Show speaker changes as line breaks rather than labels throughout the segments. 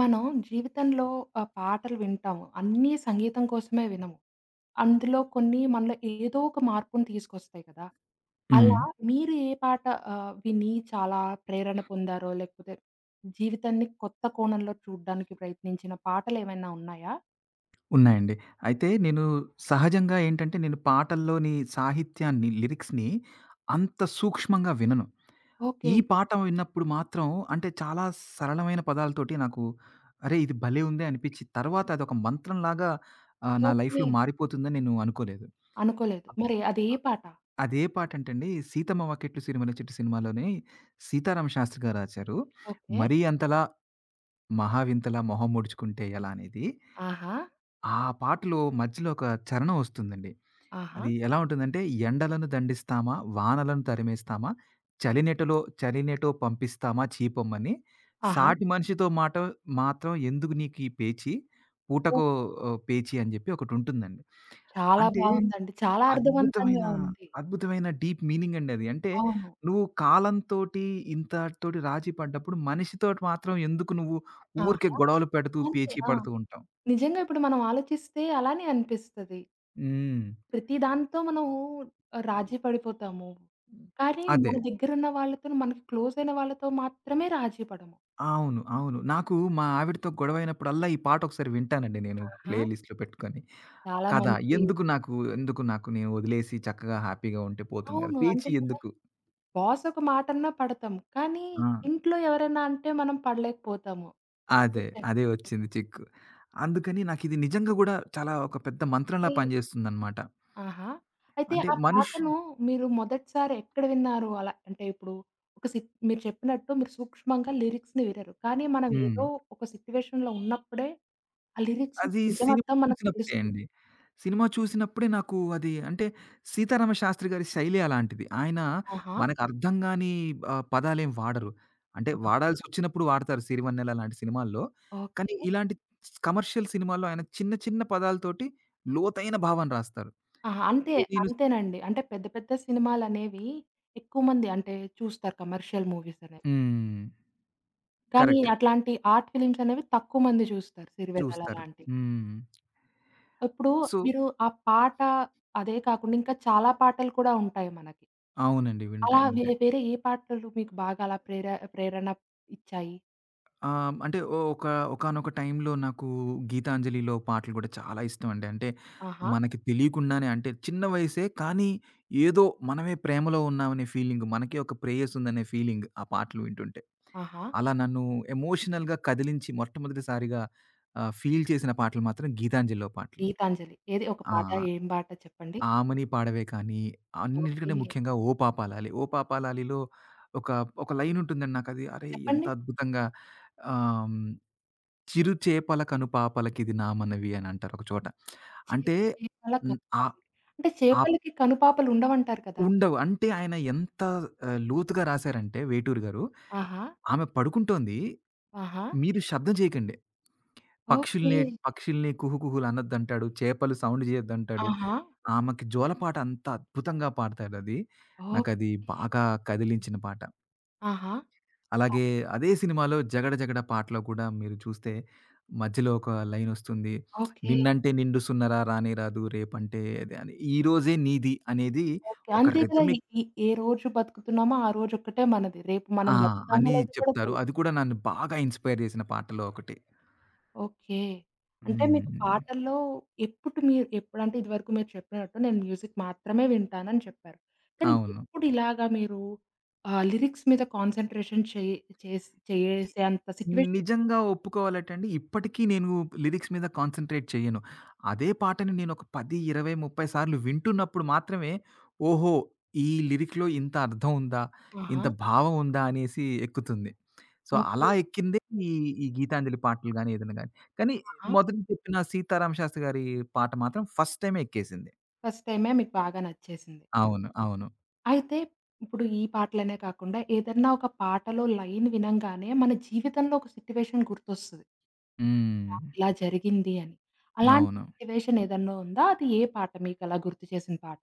మనం జీవితంలో పాటలు వింటాము. అన్నీ సంగీతం కోసమే వినము. అందులో కొన్ని మనలో ఏదో ఒక మార్పుని తీసుకొస్తాయి కదా! హ్మ్.
హ్మ్.
అలా మీరు ఏ పాట విని చాలా ప్రేరణ పొందారో, లేకపోతే జీవితాన్ని కొత్త కోణంలో చూడ్డానికి ప్రయత్నించిన పాటలేమైనా ఉన్నాయా?
ఉన్నాయండి. అయితే నేను సహజంగా ఏంటంటే, నేను పాటల్లోని సాహిత్యాన్ని, లిరిక్స్‌ని అంత సూక్ష్మంగా వినను.
ఓకే.
ఈ పాట విన్నప్పుడు మాత్రం అంటే చాలా సరళమైన పదాలతోటి నాకు అరే! ఇది భలే ఉందే అనిపిచ్చి, తర్వాత అదొక మంత్రంలాగా నా
ఓకే.
లైఫ్‌లో మారిపోతుందని నేను అనుకోలేదు.
అనుకోలేదు. మరి అది ఏ పాట?
అదే పాటంటండి 'సీతమ్మ వాకిట్లు సిరిమల్లె చెట్టు' సినిమాలోని సీతారామ శాస్త్రి గారు రాశారు.
ఓకే.
'మరీ అంతలా మహావింతలా మొహం ముడుచుకుంటే ఎలా' అనేది.
ఆహా!
ఆ పాటలో మధ్యలో ఒక చరణం వస్తుందండి.
ఆహా!
అది ఎలా ఉంటుందంటే, ఎండలను దండిస్తామా, వానలను తరిమేస్తామా, చలినేటలో చలినేటో పంపిస్తామా చీపొమ్మని,
ఆహా!
సాటి మనిషితో మాట మాత్రం ఎందుకు నీకీ పేచి, పూటకో
ఓహ్!
ఓ పేచీ అని జెప్పి ఒకటుంటుందండి.
చాలా
అంటే
బావుందండి. చాలా
అద్భుతమైన,
అర్థవంతంగా ఉంది.
అద్భుతమైన డీప్ మీనింగ్ అండి అది. అంటే
అవును.
నువ్వు కాలంతోటి, ఇంతాటితోటి రాజీ పడ్డప్పుడు, మనిషితోటి మాత్రం ఎందుకు నువ్వు ఊరికే
ఆ!
గొడవలు పెడుతూ,
అంతే.
పేచీ
ఆ!
పడుతూ ఉంటావు?
నిజంగా ఇప్పుడు మనం ఆలోచిస్తే అలానే అనిపిస్తది.
హ్మ్.
ప్రతి దాంతో మనం రాజీ పడిపోతాము. కానీ
అదే.
మన దగ్గరున్న వాళ్ళతోని, మనకి క్లోజయిన వాళ్ళతో మాత్రమే రాజీ పడము.
అవును. అవును. నాకు మా ఆవిడతో గొడవైనప్పుడల్లా ఈ పాటొకసారి వింటానండి నేను
ఆహా!
ప్లే లిస్ట్‌లో పెట్టుకొని.
చాలా
కథ
మంచి.
ఎందుకు నాకు, నేను వదిలేసి చక్కగా హ్యాపీగా ఉంటే పోతుంది కదా!
అవును.
పేచీ
అంతే కదా!
ఎందుకు?
బాస్ ఒక మాటన్నా పడతాం. కానీ
ఆ!
ఇంట్లో ఎవరైనా అంటే మనం పడలేకపోతాము.
అదే.
మీరు
అదే
చెప్పినట్టే.
వచ్చింది చిక్కు. అందుకని నాకిది నిజంగా గూడా చాలా ఒక పెద్ద మంత్రంలా పనిజేస్తుందన్నమాట.
ఆహా! అయితే
అంటే
ఆ పాటను మీరు మొదటిసారి ఎక్కడ విన్నారు? అలా అంటే ఇప్పుడు ఒక సి మీరు చెప్పినట్టు మీరు సూక్ష్మంగా లిరిక్స్‌ని వినరు. కానీ మనం
హ్మ్.
ఏదో ఒక సిట్యుయేషన్‌లో ఉన్నప్పుడే ఆ లిరిక్స్ యొక్క
అది
నిజం
సినిమా
అర్థం మనకు
చూసినప్పుడే
తెలుస్తుంది.
అండి. సినిమా చూసినప్పుడే నాకు అది అంటే 'సీతారామ శాస్త్రి' గారి శైలి అలాంటిది. ఆయన
ఆహా!
మనకు అర్థం గాని పదాలేం వాడరు. అంటే
ఆహా!
వాడాల్సొచ్చినప్పుడు వాడతారు 'సిరివెన్నెల' లాంటి సినిమాల్లో.
ఓకే.
కానీ ఇలాంటి కమర్షియల్ సినిమాల్లో ఆయన చిన్న చిన్న పదాలతోటి లోతైన భావం రాస్తారు.
ఆహా! అంతే.
సో, నేను
అంతేనండి. అంటే పెద్ద పెద్ద సినిమాలనేవి ఎక్కువ మంది అంటే చూస్తారు కమర్షియల్ మూవీస్ అనేవి.
హ్మ్.
కానీ
కరెక్ట్.
అట్లాంటి ఆర్ట్ ఫిల్మ్స్ అనేవి తక్కువ మంది చూస్తారు 'సిరివెన్నెల'
చూస్తారు.
లాంటివి.
హ్మ్.
ఇప్పుడు
సో
మీరు ఆ పాట అదే కాకుండా ఇంకా చాలా పాటలు కూడా ఉంటాయి మనకి.
అవునండి.
అలా
ఉంటాయి.
వేరే,
ఉంటాయి.
వేరే ఏ పాటలు మీకు బాగా అలా ప్రేరణ ఇచ్చాయి?
ఆ! అంటే ఓ- ఒక ఒకానొక టైంలో నాకు 'గీతాంజలి'లో పాటలు గూడా చాలా ఇష్టమండి. అంటే
ఆహా!
మనకి తెలియకుండానే అంటే చిన్న వయసే కానీ ఏదో మనమే ప్రేమలో ఉన్నామనే ఫీలింగ్, మనకే ఒక ప్రేయస్ ఉందనే ఫీలింగ్ ఆ పాటలు వింటుంటే.
ఆహా!
అలా నన్ను ఎమోషనల్‌గా కదిలించి మొట్టమొదటిసారిగా ఫీల్ చేసిన పాటలు మాత్రం 'గీతాంజలి'లో పాటలు.
'గీతాంజలి' ఏది ఒక పాట?
ఆ!
ఏం పాట చెప్పండి?
'ఆమని పాడవే' కానీ
ఓకే.
అన్నిటికంటే ముఖ్యంగా 'ఓ పాపాలాలి.' 'ఓ పాపాలాలి'లో ఒక ఒక లైన్ ఉంటుందండి నాకది అరే! ఎంత
చెప్పండి.
అద్భుతంగా ఆహ్, హ్మ్. చిరు చేపల కను పాపలకిది నా మనవి అని అంటారు ఒక చోట.
చే
అంటే
చేపల
హ్మ్, ఆహ్,
కనుపాపలు. అంటే
ఆహ్,
చేపలకి కనుపాపలు ఉండవంటారు కదా!
ఉండవు. అంటే ఆయన ఎంత లోతుగా రాసారంటే 'వేటూరి' గారు,
ఆహా!
ఆమె పడుకుంటోంది.
ఆహా!
మీరు శబ్దం చేయకండి.
ఓకే.
పక్షుల్ని, పక్షుల్ని కుహుకుహులు అనొద్దంటాడు. చేపలు సౌండ్ చేయొద్దంటాడు.
ఆహా!
ఆమెకి జోలపాట అంత అద్భుతంగా పాడతాడది. నాకది
ఓకే.
బాగా కదిలించిన పాట.
ఆహా!
అలాగే అదే సినిమాలో 'జగడ జగడ' పాటలో కూడా మీరు చూస్తే మధ్యలో ఒక లైనొస్తుంది.
ఓకే.
నిన్నంటే నిండు సున్నరా రానే రాదు రేపంటే అదే అని ఈరోజే నీది అనేది
ఓకే.
ఒక
అంతే కదా! ఈ
రిథమిక్
ఈ ఏ రోజు బతుకుతున్నామో ఆ రోజొక్కటే మనది. రేపు
ఆ!
మనం బతుకుతామో
అని
లేదో కూడా
చెప్తారు.
తెలీదు.
అది కూడా నన్ను బాగా ఇన్‌స్పైర్ చేసిన పాటలో ఒకటి.
ఓకే. అంటే మీకు
హ్మ్.
పాటల్లో ఎప్పుడు మీరు ఎప్పుడంటే ఇదివరకు మీరు చెప్పినట్టు నేను మ్యూజిక్ మాత్రమే వింటానని చెప్పారు. కానీ
అవును.
ఎప్పుడు ఇలాగా మీరు లిరిక్స్ మీద కాన్సంట్రేషన్ చేసేంత సిట్యుయేషన్ ఎప్పుడు?
నిజంగా ఒప్పుకోవాలంటే అండి, ఇప్పటికీ నేను లిరిక్స్ మీద కాన్సంట్రేట్ చెయ్యను. అదే పాటని నేనొక 10, 20, 30 సార్లు వింటున్నప్పుడు మాత్రమే, ఓహో! ఈ లిరిక్‌లో ఇంత అర్థం ఉందా?
ఆహా!
ఇంత భావం ఉందా? అనేసి ఎక్కుతుంది. So,
okay.
అలా ఎక్కిందే ఈ ఈ గీతాంజలి పాటలు గాని, ఏదైనా గాని. కానీ
ఆహా!
మొదట చెప్పిన 'సీతారామ శాస్త్రి' గారి పాట మాత్రం ఫస్ట్ టైమే ఎక్కేసింది.
ఫస్ట్ టైమే మీకు బాగా నచ్చేసింది.
అవును. అవును.
అయితే ఇప్పుడు ఈ పాటలనే కాకుండా ఏదన్నా ఒక పాటలో లైన్ వినంగానే మన జీవితంలో ఒక సిట్యుయేషన్ గుర్తొస్తది.
హ్మ్.
నాకిలా జరిగింది అని. అలాంటి
అవును.
సిట్యుయేషన్ ఏదన్నా ఉందా? అది ఏ పాట మీకలా గుర్తు చేసిన పాట?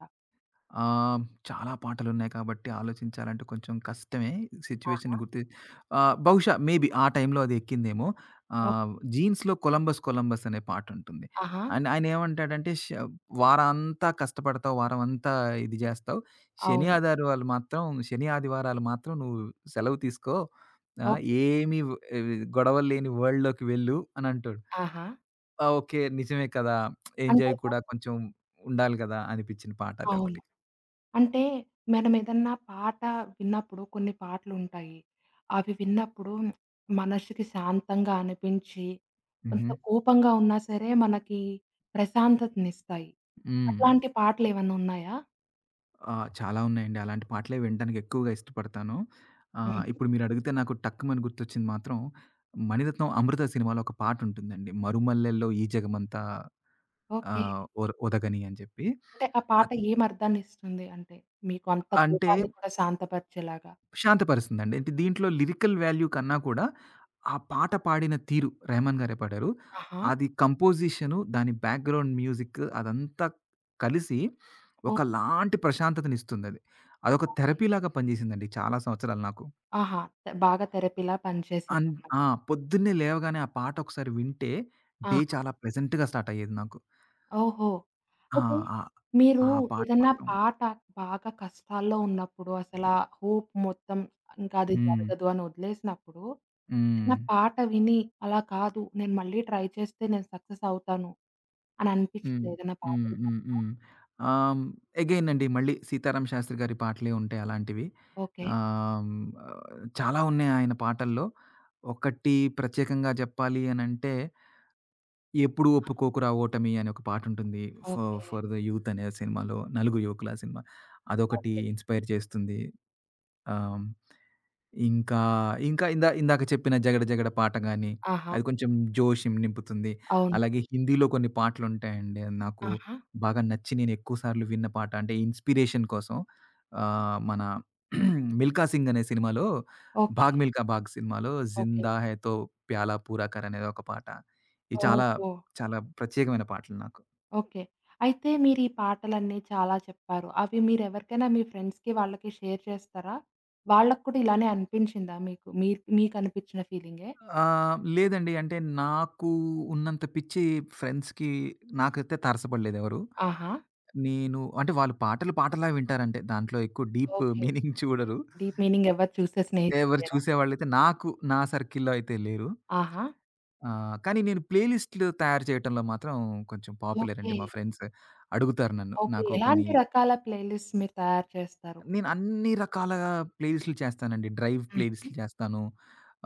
ఆహ్, చాలా పాటలున్నాయి కాబట్టి ఆలోచించాలంటే కొంచెం కష్టమే. సిట్యుయేషన్‌ని
ఆహా!
గుర్తి బహుశా మేబీ ఆ టైంలో అది ఎక్కిందేమో.
ఓహ్!
'జీన్స్‌లో కొలంబస్ కొలంబస్' అనే పాటుంటుంది.
ఆహా!
అండ్ ఆయనేమంటాడంటే, వారమంతా కష్టపడతావు, వారమంతా ఇది జేస్తావు. శని,
అవును.
ఆదివారాలు మాత్రం నువ్వు సెలవు తీసుకో. ఆ!
ఓకే.
ఏమి వ్ ఇవి గొడవలు లేని వరల్డ్‌లోకి వెళ్ళు అనంటాడు.
ఆహా!
ఆ! ఓకే. నిజమే కదా! ఎంజాయ్
అంతేగా?
కూడా కొంచెం ఉండాలి గదా! అనిపించిన పాట
అవును.
అదొకటి.
అంటే మనమేదన్నా పాట విన్నప్పుడు కొన్ని పాటలుంటాయి. అవి విన్నప్పుడు మనసుకి శాంతంగా అనిపించి,
హుహు.
కొంత కోపంగా ఉన్నా సరే మనకి ప్రశాంతతనిస్తాయి.
హ్మ్.
అట్లాంటి పాటలేమన్నా ఉన్నాయా?
ఆ! చాలా ఉన్నాయండి. అలాంటి పాటలే వినడానికి ఎక్కువగా ఇష్టపడతాను.
హుహు.
ఇప్పుడు మీరడిగితే నాకు టక్కుమని గుర్తొచ్చింది మాత్రం 'మణిరత్నం' 'అమృత' సినిమాలో ఒక పాటుంటుందండి. 'మరుమల్లెల్లో ఈ జగమంతా
ఓకే.
ఒదగని' అని చెప్పి.
అంటే ఆ పాట
అద్
ఏం అర్థాన్నిస్తుంది అంటే? మీకు అంత
అంటే
కోపాన్ని కూడా శాంతపరిచేలాగా.
శాంతపరుస్తుందండి. అంటే దీంట్లో లిరికల్ వాల్యూ కన్నా కూడా ఆ పాట పాడిన తీరు, రెహమాన్ గారే పాడారు.
ఆహా!
అది కంపోజిషను, దాని బ్యాక్‌గ్రౌండ్ మ్యూజిక్ అదంతా కలిసి
ఓహో!
ఒకలాంటి ప్రశాంతతనిస్తుందది. అదొక థెరపీలాగా పనిజేసిందండి చాలా సంవత్సరాలు నాకు.
ఆహా! త బాగా థెరపీలా
అన్
పనిచేసిందన్నమాట.
ఆ! పొద్దున్నే లేవగానే ఆ పాట ఒకసారి వింటే డే
ఆహా!
చాలా ప్లెజెంట్‌గా స్టార్ట్ అయ్యేది నాకు.
ఓహో!
ఆ!
అయితే
ఆ!
మీరు
ఆ పాట
ఏదన్నా
మాత్రం
పాట బాగా కష్టాల్లో ఉన్నప్పుడు అసలా హోప్ మొత్తం ఇంకా అది
హ్మ్.
జరగదు అని వదిలేసినప్పుడు,
హ్మ్.
ఏదన్నా పాట విని అలా కాదు నేను మళ్ళీ ట్రై చేస్తే నేను సక్సెస్ అవుతాను అని
హ్మ్.
అనిపించిందా ఏదన్నా పాట
హ్మ్. హ్మ్.
విన్నప్పుడు?
హ్మ్. ఆహ్, హ్మ్, అగైన్ అండి మళ్ళీ 'సీతారామ శాస్త్రి' గారి పాటలే ఉంటాయి అలాంటివి.
ఓకే.
ఆహ్, హ్మ్, చాలా ఉన్నాయి ఆయన పాటల్లో. ఒకటి ప్రత్యేకంగా చెప్పాలి అనంటే 'ఎప్పుడు ఒప్పుకోకురా ఓటమి' అనే ఒక పాటుంటుంది. For
okay.
For the Youth అనే సినిమాలో 'నలుగురు యువకులు' ఆ సినిమా. అదొకటి
ఓకే.
ఇన్‌స్పైర్ చేస్తుంది. ఆహ్ ఇంకా, ఇంకా ఇందాక చెప్పిన 'జగడ జగడ' పాట గాని,
ఆహా!
అది కొంచెం జోషుం నింపుతుంది.
అవును.
అలాగే హిందీలో కొన్ని పాటలుంటాయండి. అది నాకు
ఆహా!
బాగా నచ్చి నేను ఎక్కువ సార్లు విన్న పాట అంటే ఇన్‌స్పిరేషన్ కోసం మన 'మిల్కా సింగ్' అనే సినిమాలో
ఓకే.
'భాగ్ మిల్కా భాగ్' సినిమాలో
ఓకే.
'జిందా హై తో ప్యాలా పూరా కర్' అనేది ఒక పాట. ఇది చాలా
ఓహో!
చాలా ప్రత్యేకమైన పాటలు నాకు.
ఓకే. అయితే మీరు ఈ పాటలన్నీ చాలా చెప్పారు. అవి మీరెవరికైనా మీ ఫ్రెండ్స్‌కి వాళ్ళకి షేర్ చేస్తారా? వాళ్ళకి కూడా ఇలానే అనిపించిందా మీకు? మీరు మీకనిపించిన ఫీలింగే?
లేదండి. అంటే నాకు ఉన్నంత పిచ్చి ఫ్రెండ్స్‌కి నాకైతే తారసపడలేదెవరు.
ఆహా!
నేను అంటే వాళ్ళు పాటలు పాటలా వింటారంటే దాంట్లో ఎక్కువ డీప్
ఓకే.
మీనింగ్ చూడరు.
డీప్ మీనింగ్ ఎవరు చూసే స్నేహితులు
ఎవరు
లేరా?
చూసేవాళ్ళైతే నాకు నా సర్కిల్‌లో అయితే లేరు.
ఆహా!
కానీ నేను ప్లేలిస్ట్‌లు తయారు చేయటంలో మాత్రం కొంచెం పాపులర్ అండి.
ఓకే.
మా ఫ్రెండ్స్ అడుగుతారు నన్ను.
ఓకే.
నాకు కొన్ని
ఎలాంటి రకాల ప్లేలిస్ట్స్ మీరు తయారు చేస్తారు?
నేను అన్ని రకాల ప్లేలిస్టులు చేస్తానండి. డ్రైవ్
హుహు.
ప్లేలిస్టులు చేస్తాను.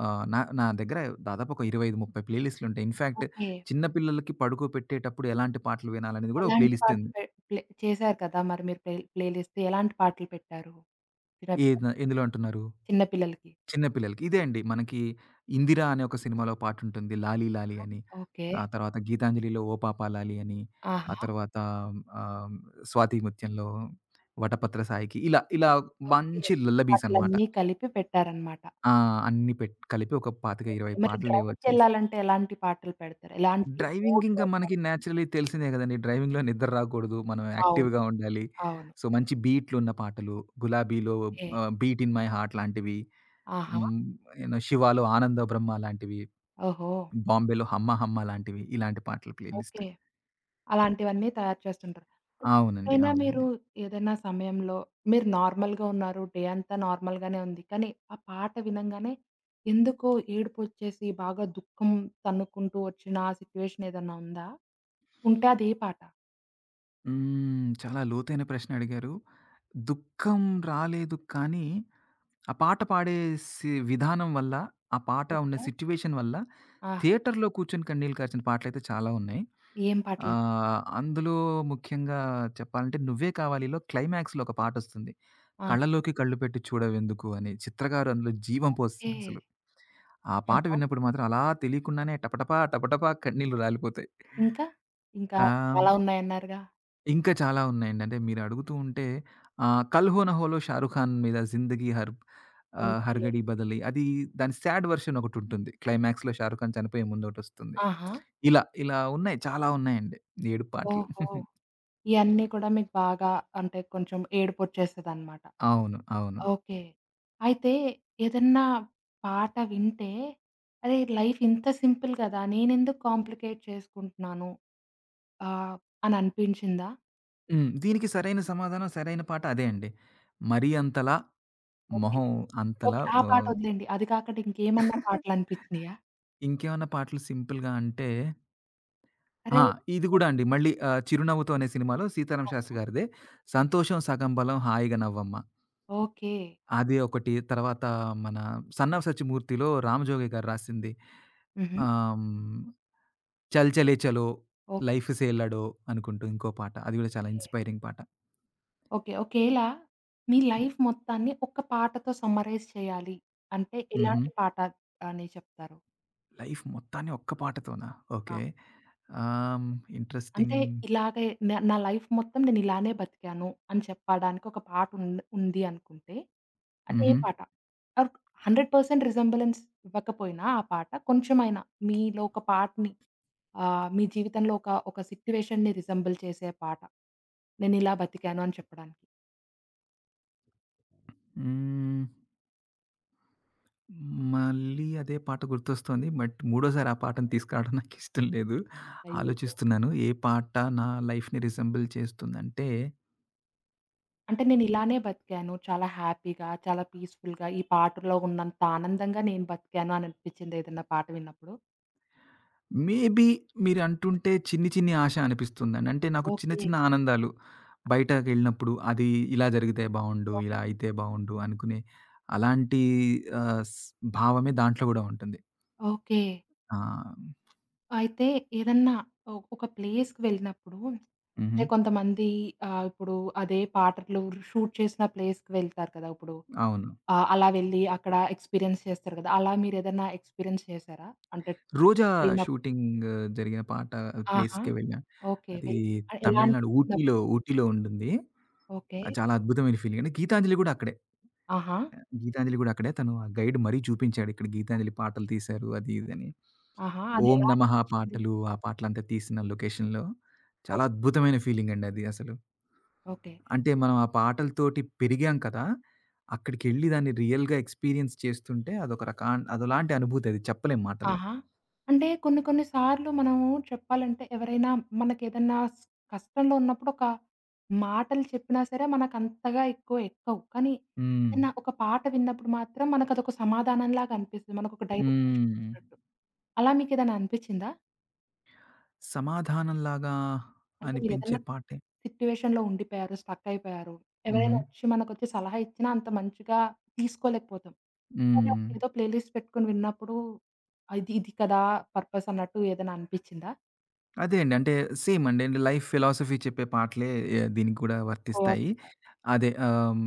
ఆహ్, నా నా దగ్గర దాదాపు ఒక 25, 30 ప్లేలిస్టులుంటాయి. In fact
okay.
చిన్న పిల్లలకి పడుకోబెట్టేటప్పుడు ఎలాంటి పాటలు వినాలనేది గూడా ఒక
ఎలాంటి
ప్లేలిస్ట్
పాటలు
ఉంది.
ప్లే చేశారు కదా! మరి మీరు ప్లేలిస్ట్ ఎలాంటి పాటలు పెట్టారు? చిన్న
ఏది
పిల్లలకి.
ఎందులో అంటున్నారు?
చిన్న పిల్లలకి.
చిన్న పిల్లలకి. ఇదే అండి మనకి 'ఇందిరా' అనే ఒక సినిమాలో పాటుంటుంది 'లాలీ లాలీ' అని.
ఓకే.
ఆ తర్వాత 'గీతాంజలి'లో 'ఓ పాపా లాలీ' అని. ఆ
ఆహా!
తర్వాత ఆహ్, 'స్వాతి ముత్యంలో' 'వటపత్ర సాయికి' ఇలా ఇలా
ఓకే.
మంచి లల్లబీస్ అనమాట.
పాటలన్నీ కలిపి పెట్టారనమాట.
ఆ! అన్నీ కలిపి ఒక 25,
ఓకే.
20
మరి
పాటలేవో చేసి
డ్రైవ్‌కెళ్ళాలంటే ఎలాంటి పాటలు పెడతారు? ఎలాంటి
డ్రైవింగ్
మూడ్‌లో
ఇంకా మనకి
ఉంటారు?
నేచురల్లీ తెలిసిందే గదండీ. డ్రైవింగ్‌లో నిద్ర రాకూడదు. మనం
అవును.
యాక్టివ్‌గా ఉండాలి.
అవును.
సో, మంచి బీట్లున్న పాటలు 'గులాబీలో'
okay.
'Beat in my heart' లాంటివి.
ఆహా!
హ్మ్. యూనో 'శివాలో' 'ఆనంద బ్రహ్మ' లాంటివి.
ఓహో!
'బాంబేలో' 'హమ్మ హమ్మ' లాంటివి. ఇలాంటి పాటల ప్లేలిస్ట్.
ఓకే. అలాంటివన్నీ తయారు చేస్తుంటారు.
అవునండి.
ఎప్పుడైనా మీరు
అవునండి.
ఏదైనా సమయంలో మీరు నార్మల్‌గా ఉన్నారు. డే అంతా నార్మల్‌గానే ఉంది. కానీ ఆ పాట వినంగానే ఎందుకో ఏడుపొచ్చేసి బాగా దుఃఖం తన్నుకుంటూ వచ్చిన ఆ సిట్యుయేషన్ ఏదన్నా ఉందా? ఉంటే అది ఏ పాట?
హ్మ్. చాలా లోతైన ప్రశ్న అడిగారు. దుఃఖం రాలేదు కానీ, ఆ పాట పాడేసి విధానం వల్ల, ఆ పాట ఉన్న
ఓకే.
సిట్యుయేషన్ వల్ల
ఆ!
థియేటర్‌లో కూర్చొని కన్నీళ్లు కార్చిన పాటలైతే చాలా ఉన్నాయి.
ఏం పాటలవి?
అందులో ముఖ్యంగా చెప్పాలంటే 'నువ్వే కావాలి'లో క్లైమాక్స్‌లో ఒక పాటొస్తుంది.
ఆ!
'కళ్ళలోకి కళ్ళు పెట్టి చూడవెందుకు' అని చిత్ర గారు అందులో జీవం
ఓకే.
పోసేసారసలు. ఆ పాట
ఆహా!
విన్నప్పుడు మాత్రం అలా తెలియకుండానే టపటపా, టపటపా కన్నీళ్లు రాలిపోతాయి.
ఇంకా? ఇంకా
ఆహ్
చాలా ఉన్నాయన్నారుగా?
ఇంకా చాలా ఉన్నాయండి. అంటే మీరడుగుతూ ఉంటే 'కల్ హో నా హో'లో షారుఖ్ ఖాన్ మీద 'జిందగీ హర్
ఓకే.
హర్గడీ బదలీ' అది దాని సాడ్ వర్షన్ ఒకటుంటుంది. క్లైమాక్స్‌లో షారుఖ్ ఖాన్ చనిపోయే ముందు ఒకటొస్తుంది.
ఆహా!
ఇలా ఇలా ఉన్నాయి. చాలా ఉన్నాయండి. ఏడుపు పాటలు.
ఓహో! ఇయన్నీ కూడా మీకు బాగా అంటే కొంచెం ఏడుపొచ్చేస్తదనమాట.
అవును. అవును.
ఓకే. అయితే ఏదన్నా పాట వింటే, అరే! లైఫ్ ఇంత సింపుల్ గదా! నేనెందుకు కాంప్లికేట్ చేసుకుంటున్నాను ఆహ్, అని అనిపించిందా?
హ్మ్. దీనికి సరైన సమాధానం, సరైన పాట అదే అండి. మరీ అంతలా,
ఓకే.
మొహం అంతలా
ఓకే. ఆ పాట
ఓహ్!
వదిలేయండి. అది కాకుండా ఇంకేమన్నా పాటలనిపించినియా?
ఇంకేమన్నా పాటలు సింపుల్‌గా అంటే ఆ!
అరే!
ఇది గూడా అండి. మళ్ళీ 'చిరునవ్వుతో' అనే సినిమాలో సీతారాం
ఆ!
శాస్త్రి గారిదే 'సంతోషం సగం బలం హాయిగా నవ్వమ్మ.'
ఓకే.
అది ఒకటి. తర్వాత మన 'సన్నం సచ్చిమూర్తిలో' రామజోగయ్య గారు రాసింది
హుహు.
ఆహ్, హ్మ్, 'చల్ చలే చలో
ఓకే.
లైఫ్ సే లడో' అనుకుంటూ ఇంకో పాట. అది గూడా చాలా ఇన్‌స్పైరింగ్ పాట.
ఓకే. ఒకేళ మీ లైఫ్ మొత్తాన్ని ఒక్క పాటతో సమ్మరైజ్ చేయాలి అంటే,
హుహు.
ఎలాంటి పాట అని చెప్తారు?
లైఫ్ మొత్తాన్ని ఒక్క పాటతోనా?
ఆ!
ఓకే. ఆహ్, హ్మ్,
అంటే
ఇంట్రెస్టింగ్.
ఇలాగే నా లైఫ్ మొత్తం నేను ఇలానే బతికాను అని చెప్పడానికి ఒక పాట ఉంది అనుకుంటే, అది ఏ
హుహు.
పాట? ఆహ్, 100% రిజెంబలెన్స్ ఇవ్వకపోయినా ఆ పాట, కొంచెమైనా మీలో ఒక పార్ట్‌ని మీ జీవితంలో ఒక సిట్యుయేషన్‌ని రిజెంబుల్ చేసే పాట. నేనిలా బతికాను అని చెప్పడానికి.
హ్మ్. మళ్ళీ అదే పాట గుర్తొస్తోంది. బట్ మూడోసారి ఆ పాటను తీసుకురావడం నాకిష్టం లేదు.
అయ్యయ్యో!
ఆలోచిస్తున్నాను ఏ పాట నా లైఫ్‌ని రిజెంబుల్ చేస్తుందంటే,
అంటే నేనిలానే బతికాను. చాలా హ్యాపీగా, చాలా పీస్‌ఫుల్‌గా ఈ పాటలో ఉన్నంత ఆనందంగా నేను బతికాను అని అనిపించిందా ఏదన్నా పాట విన్నప్పుడు?
మేబీ మీరంటుంటే 'చిన్ని చిన్ని ఆశ' అనిపిస్తుందండి. అంటే నాకు చిన్న
ఓకే.
చిన్న ఆనందాలు
ఆ!
బయటకెళ్ళినప్పుడు అది ఇలా జరిగితే బావుండు,
ఓ
ఇలా అయితే బావుండు అనుకునే అలాంటి ఆహ్, స్ భావమే దాంట్లో గూడా ఉంటుంది.
ఓకే.
ఆ!
అయితే ఏదన్నా ఒక ప్లేస్‌కి వెళ్ళినప్పుడు
హుహు.
అంటే కొంతమంది ఇప్పుడు అదే పాటలు షూట్ చేసిన ప్లేస్‌కి వెళ్తారు కదా! ఇప్పుడు
అవును.
అలా వెళ్ళి అక్కడ ఎక్స్‌పీరియన్స్ చేస్తారు కదా! అలా మీరేదన్నా ఎక్స్‌పీరియన్స్ చేశారా? అంటే
'రోజా'
ట్రిప్‌కెళ్ళినప్పుడు
షూటింగ్ జరిగిన పాట
ఆహా!
ప్లేస్‌కే వెళ్ళా.
ఓకే.
అది
వెళ్ళి ఎలా
తమిళనాడు
అనిపించిందప్పుడు?
ఊటీలో, ఊటీలో ఉంటుంది.
ఓకే.
అది చాలా అద్భుతమైన ఫీలింగ్ అండి. గీతాంజలి గూడా అక్కడే.
ఆహా!
గీతాంజలి గూడా అక్కడే. తను ఆ గైడ్ మరీ చూపించాడు. ఇక్కడ గీతాంజలి పాటలు తీశారు అది ఇదని.
ఆహా!
'ఓం
అదెలా
నమః'
అనిపించింది?
పాటలు ఆ పాటలంతా తీసిన లొకేషన్‌లో చాలా
ఓహ్!
అద్భుతమైన ఫీలింగ్ అండి అది అసలు.
ఓకే.
అంటే మనం ఆ పాటలతోటి పెరిగాం కదా! అక్కడికెళ్ళి దాన్ని రియల్‌గా ఎక్స్‌పీరియన్స్ చేస్తుంటే అదొక రకా అదోలాంటి అనుభూతి అది చెప్పలేం మాటల్లో.
ఆహా! అంటే కొన్ని కొన్ని సార్లు మనము చెప్పాలంటే ఎవరైనా మనకేదన్నా కష్టంలో ఉన్నప్పుడు ఒక మాటలు చెప్పినా సరే మనకంతగా ఎక్కువ ఎక్కవు. కానీ
హ్మ్.
ఏదన్నా ఒక పాట విన్నప్పుడు మాత్రం మనకదొక సమాధానంలాగా అనిపిస్తది. మనకొక డైరెక్షన్
హ్మ్.
చూపించినట్టు. అలా మీకేదైనా అనిపిచ్చిందా?
సమాధానంలాగా
అంటే
అనిపించే
మీరేదన్నా
పాటే
సిట్యుయేషన్‌లో ఉండిపోయారు, స్ట్రక్ అయిపోయారు.
హుహు.
ఎవరైనా ఒచ్చి మనకొచ్చి సలహా ఇచ్చినా అంత మంచిగా తీసుకోలేకపోతాం. కానీ
హ్మ్.
అప్పుడేదో ప్లేలిస్ట్ పెట్టుకొని విన్నప్పుడు అది ఇది కదా! పర్పస్ అన్నట్టు ఏదైనా అనిపిచ్చిందా?
అదే అండి. అంటే సేమ్ అండి. అంటే లైఫ్ ఫిలాసఫీ చెప్పే పాటలే దీనికి కూడా
కోవా
వర్తిస్తాయి.
వింటారు.
అదే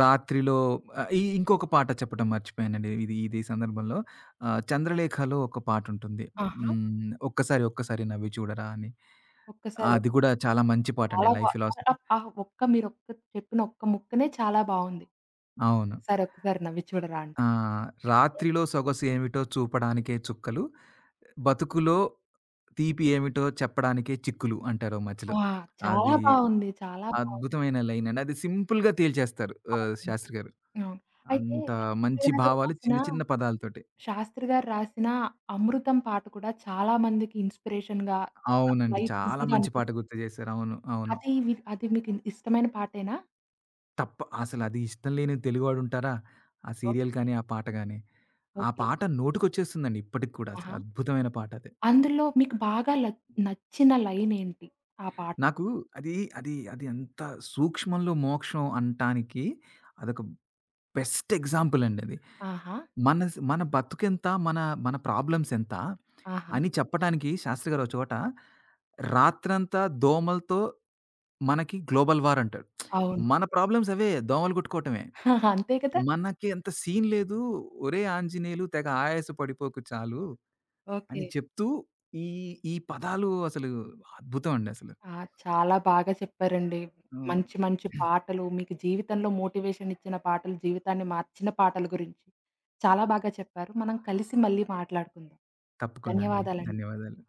రాత్రిలో ఆహ్, ఇ ఇంకొక పాట చెప్పడం మర్చిపోయానండి. ఇది ఇది సందర్భంలో 'చంద్రలేఖలో' ఒక పాటుంటుంది.
ఆహా!
హ్మ్. ఒక్కసారి ఒక్కసారి నవ్వి చూడరా అని.
ఒక్కసారి
అది కూడా చాలా మంచి పాటండి
చాలా బా.
Life philosophy.
ఆ! ఆ మీరొక్క చెప్పిన ఒక్క ముక్కనే చాలా బావుంది.
అవును.
"ఒకసారి ఒక్కసారి నవ్వి చూడరా" అంటే
ఆ! రాత్రిలో సొగసు ఏమిటో చూపడానికే చుక్కలు బతుకులో తీపి ఏమిటో చెప్పడానికే చిక్కులు అంటారు ఓ మధ్యలో.
ఆ! చాలా
అది
బావుంది. చాలా బావుంది.
అద్భుతమైన లైన్ అండి. అది సింపుల్‌గా తేల్చేస్తారు
అవును.
శాస్త్రి గారు.
అవును. అయితే
అంత
శాస్త్రి
మంచి
గారు
భావాలు
రాసిన
చిన్న చిన్న పదాలతోటి.
శాస్త్రి గారు రాసిన 'అమృతం' పాట కూడా చాలా మందికి ఇన్‌స్పిరేషన్‌గా చాలా
అవునండి.
లైఫ్
చాలా
ఈజీగా
మంచి పాట
అనిపిస్తది.
గుర్తు చేశారు. అవును. అవును.
అది మీకు ఇష్టమైన పాటేనా?
తప్ప అసలు అది ఇష్టం లేని తెలుగువాడుంటారా? ఆ సీరియల్
ఓకే.
కానీ, ఆ పాట గాని. ఆ
ఓకే.
పాట నోటికొచ్చేస్తుందండి ఇప్పటికి కూడా అసలు.
ఆహా!
అద్భుతమైన పాట అది.
అందులో మీకు బాగా నచ్చిన లైన్ ఏంటి? ఆ పాట
నాకు అది అది అది ఎంత సూక్ష్మంలో మోక్షం అనటానికి అదొక బెస్ట్ ఎగ్జాంపుల్ అండి అది.
ఆహా!
మన బతుకెంత? మన ప్రాబ్లమ్స్ ఎంత?
ఆహా!
అని చెప్పటానికి శాస్త్రి గారు ఒక చోట రాత్రంతా దోమలతో మనకి గ్లోబల్ వార్ అంటాడు.
అవును.
మన ప్రాబ్లమ్స్ అవే దోమలు కుట్టుకోవటమే.
అంతే కదా!
మనకి అంత సీన్ లేదు. ఒరేయ్ ఆంజనేయులు తెగ ఆయాస పడిపోకు చాలు అని
ఓకే.
చెప్తూ ఈ, ఈ పదాలు అసలు అద్భుతం అండి అసలు.
ఆ! చాలా బాగా చెప్పారండి. మంచి
అవును.
మంచి పాటలు, మీకు జీవితంలో మోటివేషన్ ఇచ్చిన పాటలు, జీవితాన్ని మార్చిన పాటల గురించి చాలా బాగా చెప్పారు. మనం కలిసి మళ్ళీ మాట్లాడుకుందాం.
తప్పకుండా అండి.
ధన్యవాదాలండి.
ధన్యవాదాలు.